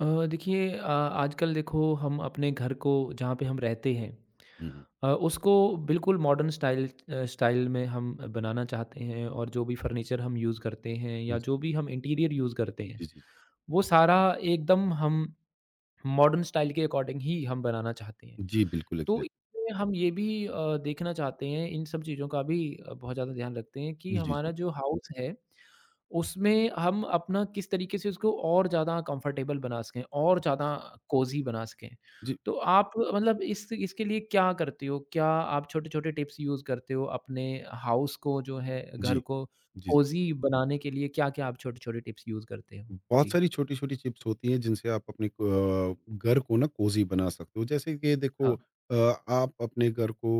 अ, देखिए आजकल देखो हम अपने घर को जहाँ पे हम रहते हैं, हुँ, हुँ। उसको बिल्कुल मॉडर्न स्टाइल में हम बनाना चाहते हैं और जो भी फर्नीचर हम यूज़ करते हैं जी, या जी, जो भी हम इंटीरियर यूज़ करते हैं, जी, जी, जी, वो सारा एकदम हम मॉडर्न स्टाइल के अकॉर्डिंग ही हम बनाना चाहते हैं। जी, बिल्कुल तो एग्ज़ैक्टली। इसमें हम ये भी देखना चाहते हैं, इन सब चीज़ों का भी बहुत ज़्यादा ध्यान रखते हैं कि जी, हमारा जी, जो हाउस है, उसमें हम अपना किस तरीके से उसको और ज़्यादा कंफर्टेबल बना सकें और ज़्यादा कोज़ी बना सकें। जी, तो आप मतलब इस इसके लिए क्या करते हो? क्या आप छोटे-छोटे टिप्स यूज़ करते हो अपने हाउस को जो है घर को जी, जी। कोज़ी बनाने के लिए क्या-क्या आप छोटे-छोटे टिप्स यूज़ करते हो? बहुत जी, सारी छोटी-छोटी चिप्स होती हैं जिनसे आप अपने को, घर को ना कोज़ी बना सकते हो। जैसे कि देखो, हाँ, अ, आप अपने घर को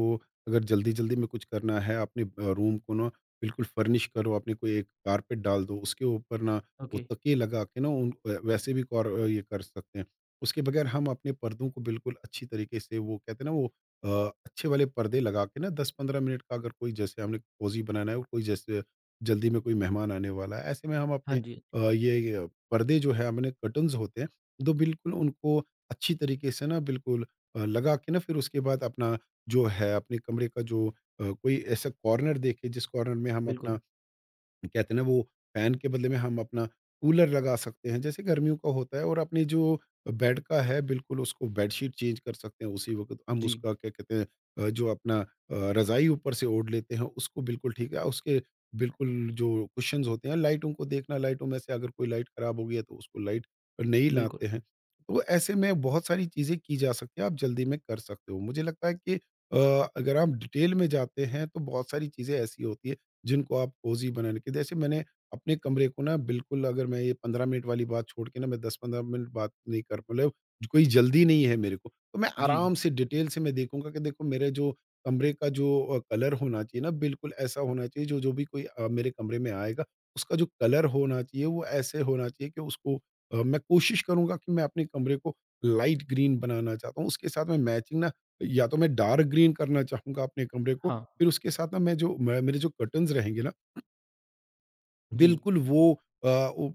अगर जल्दी-जल्दी में कुछ करना है अपने रूम को ना बिल्कुल फर्निश करो, आपने कोई एक कारपेट डाल दो, उसके ऊपर ना वो ओके। तकिए लगा के ना उन वैसे भी कौर ये कर सकते हैं। उसके बगैर हम अपने पर्दों को बिल्कुल अच्छी तरीके से वो कहते हैं ना वो अ, अच्छे वाले पर्दे लगा के ना 10-15 मिनट का अगर कोई जैसे हमने कोज़ी बनाना है और कोई जैसे जल्दी में कोई मेहमान आने वाला है, ऐसे में हम हाँ अपने जी, ये पर्दे जो है अपने कर्टन्स होते हैं, तो बिल्कुल उनको अच्छी तरीके से ना बिल्कुल लगा के ना फिर उसके बाद अपना जो है अपने कमरे का जो कोई ऐसा कॉर्नर देखें जिस कॉर्नर में हम अपना बिल्कुल। कहते हैं ना वो फैन के बदले में हम अपना कूलर लगा सकते हैं जैसे गर्मियों का होता है और अपने जो बेड का है बिल्कुल उसको बेडशीट चेंज कर सकते हैं उसी वक्त हम जी, उसका क्या कहते हैं, जो अपना रज़ाई ऊपर से ओढ़ लेते हैं उसको बिल्कुल ठीक है उसके बिल्कुल जो कुशन होते हैं, लाइटों को देखना, लाइटों में से अगर कोई लाइट ख़राब हो गई है तो उसको लाइट नहीं लाते बिल्कुल। हैं। तो ऐसे में बहुत सारी चीज़ें की जा सकती हैं, आप जल्दी में कर सकते हो। मुझे लगता है कि अगर आप डिटेल में जाते हैं तो बहुत सारी चीज़ें ऐसी होती है जिनको आप कोज़ी बनाने के जैसे मैंने अपने कमरे को ना बिल्कुल अगर मैं ये 15 मिनट वाली बात छोड़ के ना, मैं 10-15 मिनट बात नहीं कर, मतलब कोई जल्दी नहीं है मेरे को। तो मैं जी, आराम से डिटेल से मैं देखूँगा कि देखो मेरे जो कमरे का जो कलर होना चाहिए ना बिल्कुल ऐसा होना चाहिए। जो जो भी कोई मेरे कमरे में आएगा, उसका जो कलर होना चाहिए वो ऐसे होना चाहिए कि उसको मैं कोशिश करूँगा कि मैं अपने कमरे को लाइट ग्रीन बनाना चाहता हूँ। उसके साथ मैं मैचिंग ना, या तो मैं डार्क ग्रीन करना चाहूँगा अपने कमरे को। हाँ, फिर उसके साथ ना मैं जो मैं मेरे जो कर्टन्स रहेंगे ना, जी। बिल्कुल वो अ, वो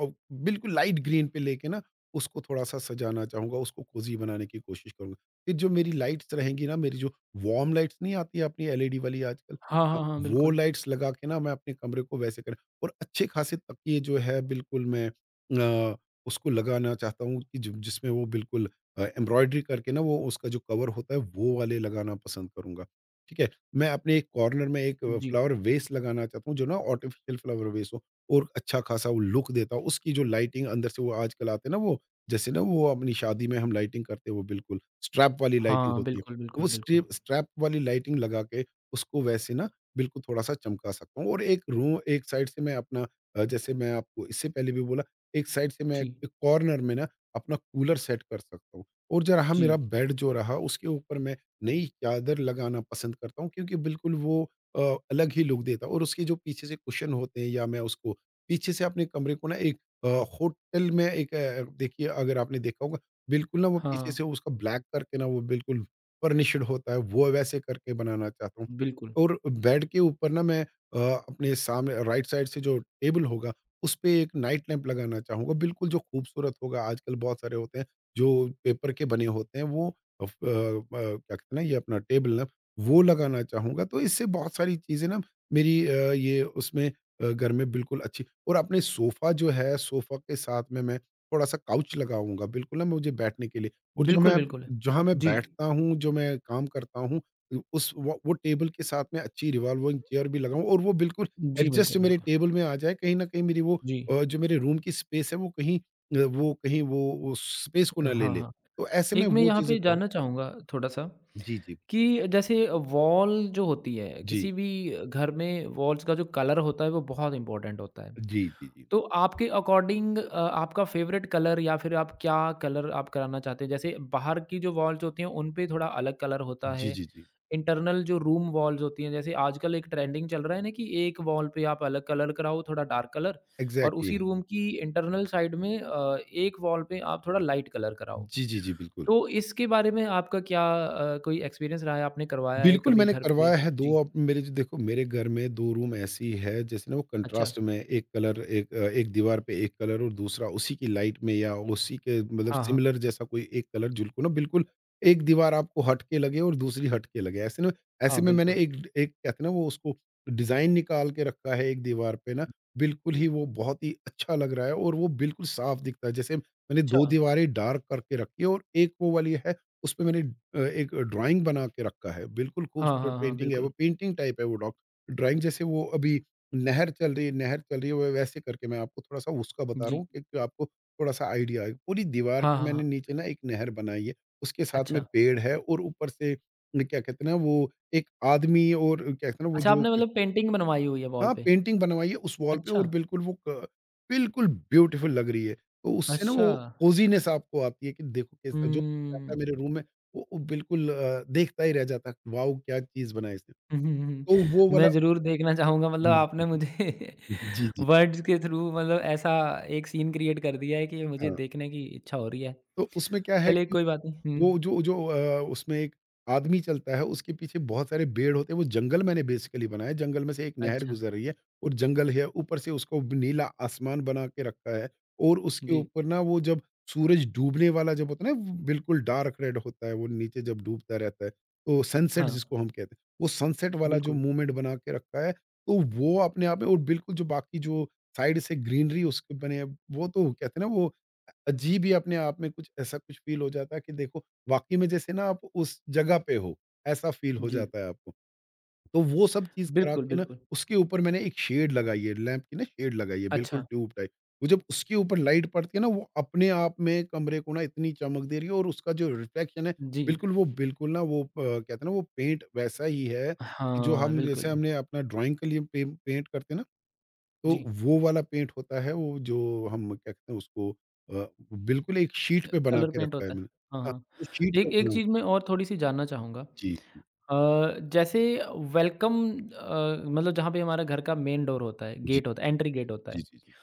और बिल्कुल लाइट ग्रीन पे लेके ना उसको थोड़ा-सा सजाना चाहूँगा, उसको कोज़ी बनाने की कोशिश करूँगा। फिर जो मेरी लाइट्स रहेंगी ना, मेरी जो वार्म लाइट्स नहीं आती है अपनी एलईडी वाली आजकल, हाँ, अ, हाँ, हाँ, वो बिल्कुल। लाइट्स लगा के ना मैं अपने कमरे को वैसे कर, और अच्छे खासे तकिए जो है बिल्कुल मैं अ, उसको लगाना चाहता हूँ कि जिम जिसमें वो बिल्कुल एम्ब्रॉयडरी करके ना वो उसका जो कवर होता है वो वाले लगाना पसंद करूँगा। ठीक है? मैं अपने एक कॉर्नर में एक जी। फ्लावर वेस लगाना चाहता हूँ जो ना आर्टिफ़िशियल फ्लावर वेस हो। और अच्छा-खासा वो लुक देता हूँ। उसकी जो लाइटिंग अंदर से वो आजकल आते हैं ना वो, जैसे ना वो अपनी शादी में हम लाइटिंग करते हैं वो बिल्कुल स्ट्रैप वाली लाइटिंग हाँ, होती है। बिल्कुल, वो बिल्कुल, बिल्कुल। स्ट्रिप स्ट्रैप वाली लाइटिंग लगा के उसको वैसे ना बिल्कुल थोड़ा-सा चमका सकता हूँ, और एक रू एक साइड से मैं अपना, जैसे मैं आपको इससे पहले भी बोला, एक साइड से मैं जी, एक कॉर्नर में ना अपना कूलर सेट कर सकता हूँ, और जो रहा जी। मेरा बेड जो रहा उसके ऊपर मैं नई चादर लगाना पसंद करता हूँ क्योंकि बिल्कुल वो अ, अलग ही लुक देता है, और उसके जो पीछे से कुशन होते हैं या मैं उसको पीछे से अपने कमरे को ना एक अ, होटल में एक, देखिए अगर आपने देखा होगा, बिल्कुल ना वो पीछे हाँ, से उसका ब्लैक करके ना वो बिल्कुल फर्निश्ड होता है, वो वैसे करके बनाना चाहता हूँ। बिल्कुल। और बेड के ऊपर ना मैं अपने सामने राइट साइड से जो टेबल होगा, उसपे एक नाइट लैंप लगाना चाहूँगा, बिल्कुल जो खूबसूरत होगा। आजकल बहुत सारे होते हैं, जो पेपर के बने होते हैं, वो ब क्या कहते हैं ना, ये अपना टेबल लैंप, वो लगाना चाहूँगा। तो इससे बहुत सारी चीज़ें ना मेरी ये उसमें घर में बिल्कुल अच्छी। और अपने सोफ़ा जो है, सोफ़ा के साथ में मैं थोड़ा-सा काउच लगाऊँगा, बिल्कुल ना मुझे बैठने के लिए। और जो बिल्कुल, मैं बिल्कुल। जहाँ मैं जी, बैठता हूँ, जो मैं काम करता हूँ, उ उस वो टेबल के साथ में अच्छी रिवॉल्विंग चेयर भी लगाऊँ और वो बिल्कुल जी, एडजस्ट बिल्कुल, मेरे बिल्कुल। टेबल में आ जाए। कहीं न कहीं मेरी वो जी। जो मेरे रूम की स्पेस है, वो कहीं वो कहीं वो स्पेस को ना ले हाँ, ले। हाँ। तो ऐसे में एक मैं वो यहाँ चीज़ें पे करूँ। जानना चाहूँगा थोड़ा-सा जी, जी। कि जैसे वॉल जो होती है, जी। किसी भी घर में वॉल्स का जो कलर होता है, वो बहुत इम्पोर्टेंट होता है। जी, जी, जी। तो आपके अकॉर्डिंग आपका फ़ेवरेट कलर या फिर आप क्या कलर आप कराना चाहते हैं? जैसे बाहर की जो वॉल्स होती हैं, उन पे थोड़ा अलग कलर होता जी, है। जी, जी। इंटरनल जो रूम वॉल्स होती हैं, जैसे आजकल एक ट्रेंडिंग चल रहा है ना कि एक वॉल पे आप अलग कलर कराओ, थोड़ा डार्क कलर, और एग्ज़ैक्टली। उसी रूम, हुँ, की इंटरनल साइड में एक वॉल पे आप थोड़ा लाइट कलर कराओ। जी, जी, जी, बिल्कुल। तो इसके बारे में आपका क्या कोई एक्सपीरियंस रहा है, आपने करवाया है बिल्कुल, कभी मैंने घर पे? करवाया है 2, जी, अब मेरे जो देखो मेरे घर में 2 रूम ऐसी है जैसे ना वो अच्छा। कंट्रास्ट में एक कलर, एक एक दीवार पे एक कलर और दूसरा उसी की लाइट में या उसी के मतलब हाँ, हाँ। सिमिलर जैसा कोई एक कलर, जिनको ना बिल्कुल एक दीवार आपको हट के लगे और दूसरी हट के लगे। ऐसे ना, ऐसे हाँ, में मैंने बिल्कुल। एक एक कहते हैं ना वो उसको डिज़ाइन निकाल के रखा है एक दीवार पे ना, बिल्कुल ही वो बहुत ही अच्छा लग रहा है और वो बिल्कुल साफ दिखता है। जैसे मैंने अच्छा। 2 दीवारें डार्क करके रखी है और एक वो वाली है, उसमें मैंने एक ड्राइंग बना के रखा है, बिल्कुल हाँ, खूबसूरत हाँ, हाँ, पेंटिंग है वो, बिल्कुल। पेंटिंग टाइप है वो डॉग ड्राइंग जैसे। वो अभी नहर चल रही है वो वैसे करके मैं आपको थोड़ा-सा उसका बता रहा जी। हूँ कि आपको थोड़ा-सा आइडिया आए। पूरी दीवार हाँ, पे हाँ, मैंने हाँ। नीचे ना एक नहर बनाई है, उसके साथ में अच्छा। पेड़ है और ऊपर से न, क्या कहते हैं ना वो, एक आदमी और क्या कहते हैं ना वो अच्छा, जो, आपने मतलब पेंटिंग बनवाई हुई है वॉल हाँ, पे? पेंटिंग बनवाइए उस वॉल पे, अच्छा। और बिल्कुल वो क बिल्कुल ब्यूटीफुल लग रही है। तो उससे ना अच्छा। वो कोज़ीनेस आपको आती है कि देखो कैसा जो आता है हुँ। मेरे रूम में, वो बिल्कुल देखता ही रह जाता है, वाओ! क्या चीज़ बनाई इसने। हुँ, हुँ, हुँ। तो वो मैं वाला। ज़रूर देखना चाहूँगा मतलब हुँ, हुँ, आपने मुझे हुँ। जी, जी। वर्ड्स के थ्रू मतलब ऐसा एक सीन क्रिएट कर दिया है कि मुझे हाँ, देखने की इच्छा हो रही है। तो उसमें क्या है चलिए कि कोई बात नहीं, हुँ, वो जो जो उसमें एक आदमी चलता है, उसके पीछे बहुत सारे पेड़ होते हैं, वो जंगल मैंने बेसिकली बनाया है, जंगल में से एक नहर अच्छा गुज़र रही है और जंगल है, ऊपर से उसको नीला आसमान बना के रखा है, और उसके जी, ऊपर ना वो जब सूरज डूबने वाला जब होता है ना, वो बिल्कुल डार्क रेड होता है, वो नीचे जब डूबता रहता है, तो सनसेट हाँ, जिसको हम कहते हैं, वो सनसेट वाला जो बिल्कुल, मूवमेंट बना के रखा है, तो वो अपने आप में और बिल्कुल जो बाकी जो साइड से ग्रीनरी उसके बने, हैं, वो तो कहते हैं ना, वो अजीब ही अपने आप में कुछ ऐसा कुछ फ़ील हो जाता है कि देखो वाक़ई में जैसे ना आप उस जगह पे हो, ऐसा फ़ील हो जी। जाता है आपको। तो वो सब चीज़ करा बिल्कुल, के ना बिल्कुल, उसके ऊपर मैंने एक शेड लगाई है, लैंप की ना शेड लगाई है, बिल्कुल अच्छा, ट्यूब टाइप। वो जब उसके ऊपर लाइट पड़ती है ना, वो अपने आप में कमरे को ना इतनी चमक दे रही है, और उसका जो रिफ्लेक्शन है, जी, बिल्कुल वो बिल्कुल ना वो कहते हैं ना वो पेंट वैसा ही है कि जो हाँ, हम जैसे बिल्कुल, हमने अपना ड्राइंग के लिए पे पेंट करते हैं ना, तो जी। वो वाला पेंट होता है वो, जो हम क्या कहते हैं उसको, अ, बिल्कुल एक शीट पे बना कलर के पेंट रखा है होता है, मैंने। हाँ, हाँ, हाँ। वो शीट पे एक एक बना। चीज़ मैं और थोड़ी-सी जानना चाहूँगा। जी, जैसे वेलकम, मतलब जहाँ पे हमारा घर का मेन डोर होता है, जी, गेट होता है, एंट्री गेट होता जी, है। जी, जी,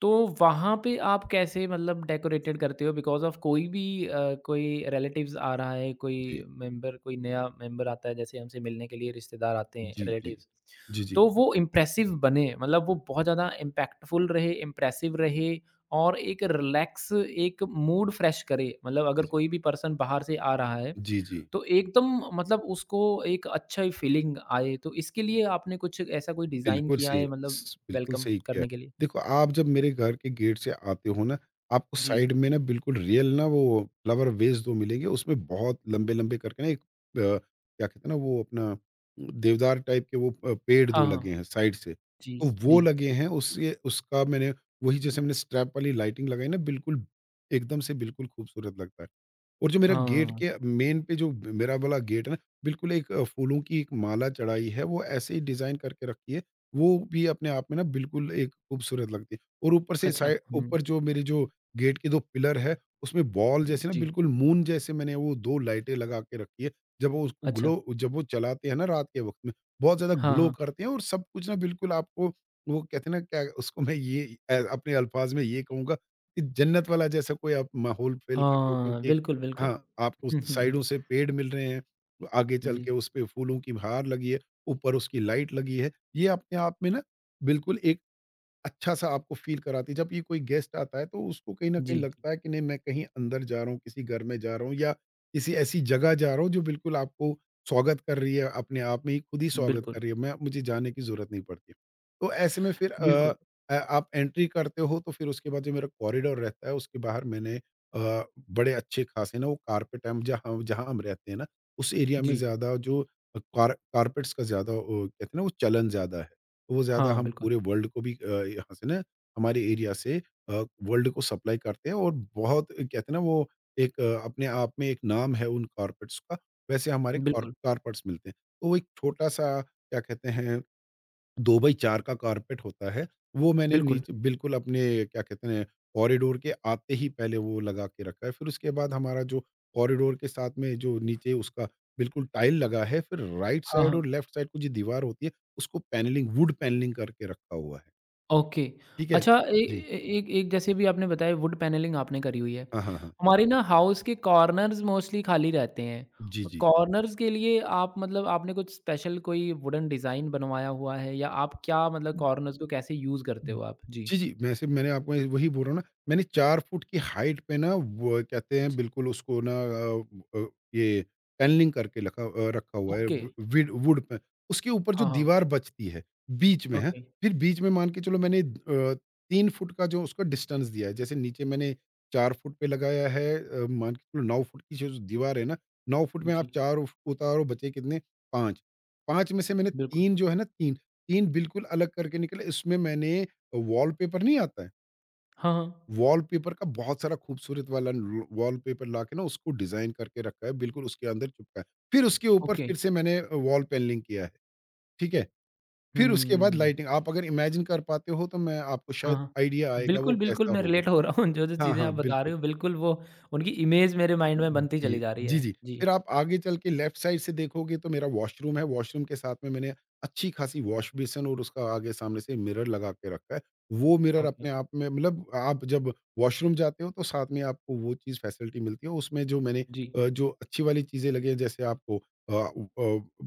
तो वहाँ पे आप कैसे मतलब डेकोरेटेड करते हो बिकॉज़ ऑफ़ कोई भी कोई रिलेटिव्स आ रहा है, कोई जी, मेंबर, कोई नया मेंबर आता है, जैसे हमसे मिलने के लिए रिश्तेदार आते हैं, जी, जी, रिलेटिव्स। जी, जी, तो वो इम्प्रेसिव बने, मतलब वो बहुत ज़्यादा इम्पैक्टफुल रहे, इम्प्रेसिव रहे और एक रिलैक्स एक मूड फ्रेश करे। मतलब अगर कोई भी पर्सन बाहर से आ रहा है, जी, जी, जी। तो एकदम मतलब उसको एक अच्छा ही फीलिंग आए। तो इसके लिए आपने कुछ ऐसा कोई डिज़ाइन किया है मतलब बिल्कुल वेलकम सही किया है। करने के लिए? देखो, आप जब मेरे घर के गेट से आते हो ना, आपको जी। साइड में ना बिल्कुल रियल ना वो फ्लावर वेस 2 मिलेंगे, उसमें बहुत लंबे-लंबे करके ना, एक क्या कहते हैं ना वो अपना देवदार टाइप के वो पेड़ हाँ, 2 लगे हाँ। हैं साइड से, जी, तो वो जी। लगे हैं, उससे उसका मैंने वही जैसे मैंने स्ट्रैप वाली लाइटिंग लगाई ना बिल्कुल एकदम से बिल्कुल खूबसूरत लगता है। और जो मेरा गेट हाँ, के मेन पे जो मेरा वाला गेट है ना, बिल्कुल एक फूलों की एक माला चढ़ाई है, वो ऐसे ही डिज़ाइन करके रखी है। वो भी अपने आप में ना बिल्कुल एक खूबसूरत लगती है। और ऊपर से अच्छा। साइ, हुँ, ऊपर जो मेरे जो गेट के 2 पिलर है, उसमें बॉल जैसे ना जी। बिल्कुल मून जैसे मैंने वो 2 लाइटें लगा के रखी है। जब वो उसको अच्छा। ग्लो जब वो चलाते हैं ना रात के वक़्त में, बहुत ज़्यादा हाँ, ग्लो हाँ। करते हैं और सब कुछ ना बिल्कुल आपको वो कहते हैं ना क्या उसको, मैं ये अपने अल्फ़ाज़ में ये कहूँगा कि जन्नत वाला जैसा कोई आप माहौल फ़ील करते हो हाँ, क्योंकि बिल्कुल, बिल्कुल। हाँ, आपको उस हुँ, हुँ। साइडों से पेड़ मिल रहे हैं, आगे चल जी, के उसपे फूलों की बहार लगी है, ऊपर उसकी लाइट लगी है। ये अपने आप में ना बिल्कुल एक अच्छा-सा आपको फ़ील कराती है। जब ये कोई गेस्ट आता है, तो उसको कहीं न कहीं जी। लगता है कि नहीं मैं कहीं अंदर जा रहा हूँ, किसी घर में जा रहा हूँ या किसी ऐसी जगह जा रहा हूँ जो बिल्कुल आपको स्वागत कर रही है, अपने आप में ही खुद ही स्वागत कर बिल्कुल, रही है, मैं मुझे जाने की ज़रूरत नहीं पड़ती। तो ऐसे में फिर बिल्कुल। आप एंट्री करते हो तो फिर उसके बाद जो मेरा कॉरिडोर रहता है उसके बाहर मैंने बड़े अच्छे-खासे ना वो कारपेट हम जहाँ जहाँ हम रहते हैं ना, उस एरिया में जी। ज़्यादा जो कारपेट्स का ज़्यादा कहते हैं ना वो चलन ज़्यादा है। तो वो ज़्यादा हाँ, हम बिल्कुल, पूरे वर्ल्ड को भी यहाँ से ना हमारे एरिया से अ, वर्ल्ड को सप्लाई करते हैं और बहुत कहते हैं ना वो एक अपने आप में एक नाम है उन कारपेट्स का। वैसे हमारे कार बिल्कुल, कारपेट्स मिलते हैं। तो वो एक छोटा-सा क्या कहते हैं 2 बाई 4 का कारपेट होता है, वो मैंने बिल्कुल। नीचे बिल्कुल अपने क्या कहते हैं कॉरिडोर के आते ही पहले वो लगा के रखा है। फिर उसके बाद हमारा जो कॉरिडोर के साथ में जो नीचे उसका बिल्कुल टाइल लगा है, फिर राइट हाँ, साइड हाँ। और लेफ्ट साइड को जो दीवार होती है, उसको पैनलिंग वुड पैनलिंग करके रखा हुआ है। ओके। ठीक है? अच्छा, ए जी। ए एक एक जैसे भी आपने बताया वुड पैनलिंग आपने करी हुई है। हाँ, हाँ, हाँ। हमारे ना हाउस के कॉर्नर्स मोस्टली खाली रहते हैं। जी, और जी। कॉर्नर्स के लिए आप मतलब आपने कुछ स्पेशल कोई वुडन डिज़ाइन बनवाया हुआ है या आप क्या मतलब कॉर्नर्स को कैसे यूज़ करते हो आप? जी। जी, जी। वैसे मैंने आपको वही बोल रहा हूँ ना, मैंने 4 फुट की हाइट पे ना वो कहते हैं अच्छा, बिल्कुल उसको ना ये पैनलिंग करके रखा हुआ है ओके। व विड वुड पे। उसके ऊपर जो हाँ, हाँ, दीवार बचती है, बीच में है, ओके। फिर बीच में मान के चलो मैंने 3 फुट का जो उसका डिस्टेंस दिया है। जैसे नीचे मैंने 4 फुट पे लगाया है मान के चलो 9 फुट की जो दीवार है ना, 9 फुट में आप जी, 4 उफ उतारो बचे कितने 5। 5 में से मैंने बिल्कुल। 3 जो है ना 3, 3 बिल्कुल अलग करके निकले इसमें मैंने वॉलपेपर नहीं आता है, हाँ, हाँ, वॉलपेपर का बहुत सारा खूबसूरत वाला ल वॉलपेपर लाके ना उसको डिज़ाइन करके रखा है, बिल्कुल उसके अंदर चिपका है। फिर उसके ऊपर ओके। फिर से मैंने वॉल पेनलिंग किया है, ठीक है? फिर उसके बाद हुँ, लाइटिंग आप अगर इमेजिन कर पाते हो तो मैं आपको हाँ, शायद हाँ। आइडिया हाँ, आएगा वो बिल्कुल, बिल्कुल, कैसा मैं होगा। रिलेट हो रहा हूँ। जो-जो हाँ, चीज़ें हाँ, आप बता रहे बिल्कुल। हो, बिल्कुल वो उनकी इमेज मेरे माइंड में बनती जी, चली जा रही जी, है। जी। जी, फिर आप आगे चल के लेफ्ट साइड से देखोगे तो मेरा वॉशरूम है, वॉशरूम के साथ में मैंने अच्छी खासी वॉश बेसिन और उसका आगे सामने से मिरर लगा के रखा है। वो मिरर ओके, अपने आप में मतलब आप जब वॉशरूम जाते हो तो साथ में आपको वो चीज़ फैसिलिटी मिलती है। उसमें जो मैंने जी, जो अच्छी वाली चीज़ें लगी हैं जैसे आपको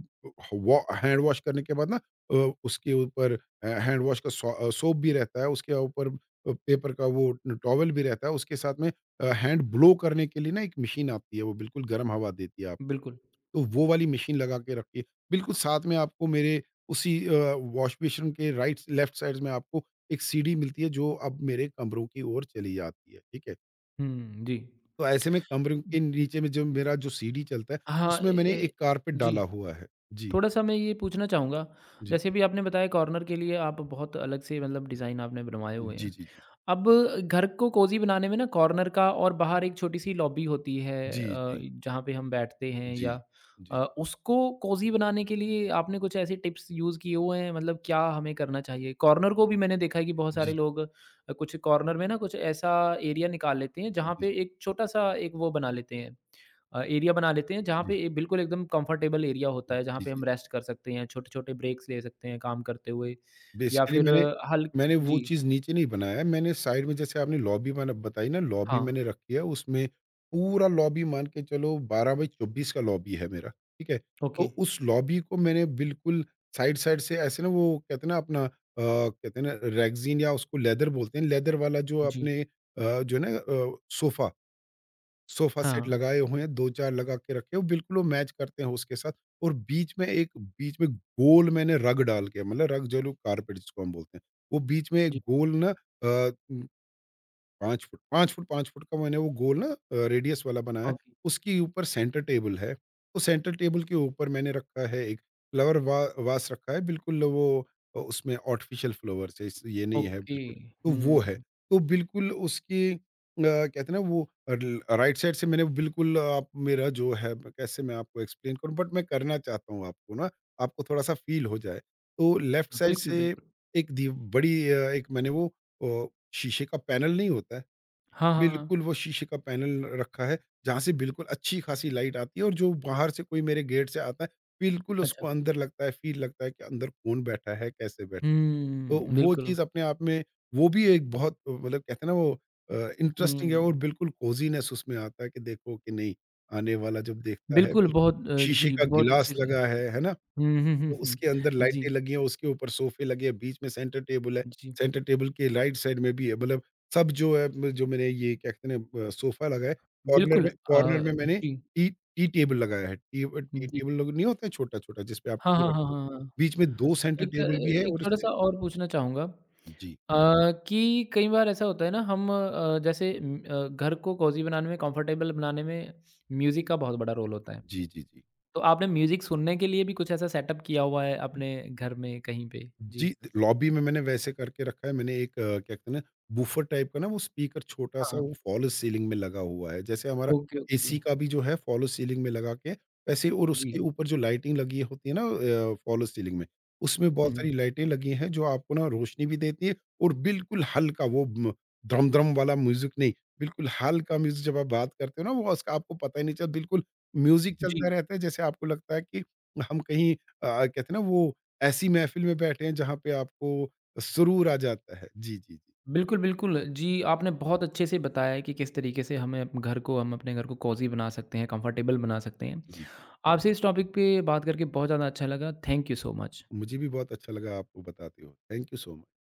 व हैंड वॉश करने के बाद ना उसके ऊपर हैंड वॉश का सोप भी रहता है, उसके ऊपर पेपर का वो टॉवल भी रहता है, उसके साथ में हैंड ब्लो करने के लिए ना एक मशीन आती है, वो बिल्कुल गर्म हवा देती है आप बिल्कुल। तो वो वाली मशीन लगा के रखिए। बिल्कुल साथ में आपको मेरे उसी वॉश बेसिन के राइट लेफ्ट साइड में आपको एक सीढ़ी मिलती है, जो अब मेरे कमरों की ओर चली जाती है, ठीक है? हुँ, जी। तो ऐसे में कमरों के नीचे में जो मेरा जो सीढ़ी चलता है, हाँ, ए उसमें मैंने ए एक कारपेट डाला जी। हुआ है। जी, थोड़ा-सा मैं ये पूछना चाहूँगा, जी। जैसे अभी आपने बताया कॉर्नर के लिए आप बहुत अलग से मतलब डिज़ाइन आपने बनवाए हुए जी, हैं। जी, जी। अब घर को कोज़ी बनाने में ना कॉर्नर का और बाहर एक छोटी-सी लॉबी होती है, जी, जी। जहाँ पे हम बैठते हैं जी। या जी, जी। उसको कोज़ी बनाने के लिए आपने कुछ ऐसे टिप्स यूज़ किए हुए हैं मतलब क्या हमें करना चाहिए? कॉर्नर को भी मैंने देखा है कि बहुत सारे लोग कुछ कॉर्नर में ना कुछ ऐसा एरिया निकाल लेते हैं जी, जहाँ पे जी, एक छोटा-सा एक वो बना लेते हैं। एरिया बना लेते हैं जहाँ जी। पे ए, बिल्कुल एकदम कंफर्टेबल एरिया जी, होता है जहाँ जी, पे जी। जी हम रेस्ट कर सकते हैं छोटे-छोटे ब्रेक्स ले सकते हैं काम करते हुए या बेसिकली फिर मैंने अ, हल मैंने वो जी, चीज़ नीचे नहीं बनाया है, मैंने साइड में जैसे आपने लॉबी मैंने बताई ना, लॉबी हाँ, मैंने रखी है, उसमें पूरा लॉबी मान के चलो 12 बाई 24 का लॉबी है मेरा, ठीक है? तो ओके, उस लॉबी को मैंने बिल्कुल साइड-साइड से ऐसे ना वो कहते हैं ना अपना कहते हैं ना रैगज़ीन या उसको लेदर बोलते हैं, लेदर वाला जो जी, अपने जो है ना सोफ़ा सोफा सेट हाँ, लगाए हुए हैं, 2-4 लगा के रखे हो, बिल्कुल वो मैच करते हैं उसके साथ और बीच में गोल मैंने रग डाल के मतलब रग जो लोग कारपेट जिसको हम बोलते हैं, वो बीच में एक जी, गोल ना अ, 5 फुट का मैंने वो गोल ना रेडियस वाला बनाया, ओके, उसके ऊपर सेंटर टेबल है, तो सेंटर टेबल के ऊपर मैंने रखा है एक फ्लावर वा वास रखा है, बिल्कुल वो उसमें आर्टिफ़िशियल फ्लावर्स है, इस ये नहीं है ओके, बिल्कुल, तो वो हुँ, है। तो बिल्कुल उसकी कहते हैं ना वो अल राइट साइड से मैंने बिल्कुल आप मेरा जो है मैं आपको एक्सप्लेन करूँ बट मैं करना चाहता हूँ आपको ना, आपको थोड़ा-सा फ़ील हो जाए। तो लेफ्ट साइड बिल्कुल, से बिल्कुल। एक दी बड़ी एक मैंने वो ओ, शीशे का पैनल नहीं होता है, हाँ, हाँ, हाँ, बिल्कुल वो शीशे का पैनल रखा है, जहाँ से बिल्कुल अच्छी खासी लाइट आती है और जो बाहर से कोई मेरे गेट से आता है, बिल्कुल उसको अच्छा, अंदर लगता है, फ़ील लगता है कि अंदर कौन बैठा है, कैसे बैठ तो हुँ, वो बिल्कुल, चीज़ अपने आप में वो भी एक बहुत मतलब कहते हैं ना वो अ, इंटरेस्टिंग है हुँ, और बिल्कुल कोज़ीनेस उसमें आता है कि देखो कि नहीं, आने वाला जब देखता है बिल्कुल बिल्कुल बहुत शीशे जी, का बहुत गिलास अच्छे से लगा है ना? हुँ, हुँ, हुँ, तो हुँ, उसके अंदर जी, लाइटें लगी हैं, उसके ऊपर सोफे लगे हैं, बीच में सेंटर टेबल है। जी, सेंटर टेबल के राइट साइड में भी है मतलब सब जो है म जो मैंने ये क्या कहते हैं ना सोफा लगाया है, बिल्कुल कॉर्नर में मैंने जी, टी टी टेबल लगाया है। T G. टेबल लोग नहीं होता है छोटा-छोटा जिस पे आप हाँ, टी हाँ, हाँ, रखते हो। हाँ, हाँ। बीच में 2 सेंटर एक टेबल भी है एक और इसमें छोटा-सा और पूछना चाहूँगा जी। कि कई बार ऐसा होता है ना हम जैसे घर को कोज़ी बनाने में, कंफर्टेबल बनाने में म्यूज़िक का बहुत बड़ा रोल होता है। जी, जी, जी। तो आपने म्यूज़िक सुनने के लिए भी कुछ ऐसा सेटअप किया हुआ है अपने घर में कहीं पे? जी। जी, लॉबी में मैंने वैसे करके रखा है। मैंने एक क्या कहते हैं ना, बूफर टाइप का ना वो स्पीकर हाँ, छोटा-सा हाँ। वो फॉल्स सीलिंग में लगा हुआ है। जैसे हमारा ओके, एसी ओके। का भी जो है फॉल्स सीलिंग में लगा के वैसे और जी। उसके ऊपर जो लाइटिंग लगी होती है ना फॉल्स सीलिंग में, उसमें बहुत हुँ, सारी हुँ। लाइटें लगी हैं जो आपको ना रोशनी भी देती है और बिल्कुल हल्का वो म ड्रम-ड्रम वाला म्यूज़िक नहीं, बिल्कुल हल्का म्यूज़िक जब आप बात करते हो ना वो उसका आपको पता ही नहीं चलता बिल्कुल म्यूज़िक चलता जी। रहता है जैसे आपको लगता है कि हम कहीं कहते हैं ना वो ऐसी महफ़िल में बैठे हैं जहाँ पे आपको सुरूर आ जाता है। जी, जी, जी। बिल्कुल, बिल्कुल। जी, आपने बहुत अच्छे से बताया है कि किस तरीके से हमें अप घर को हम अपने घर को कोज़ी बना सकते हैं, कंफर्टेबल बना सकते हैं। जी, जी। आपसे इस टॉपिक पे बात करके बहुत ज़्यादा अच्छा लगा। Thank you so much. मुझे भी बहुत अच्छा लगा आपको बताते हुए। Thank you so much.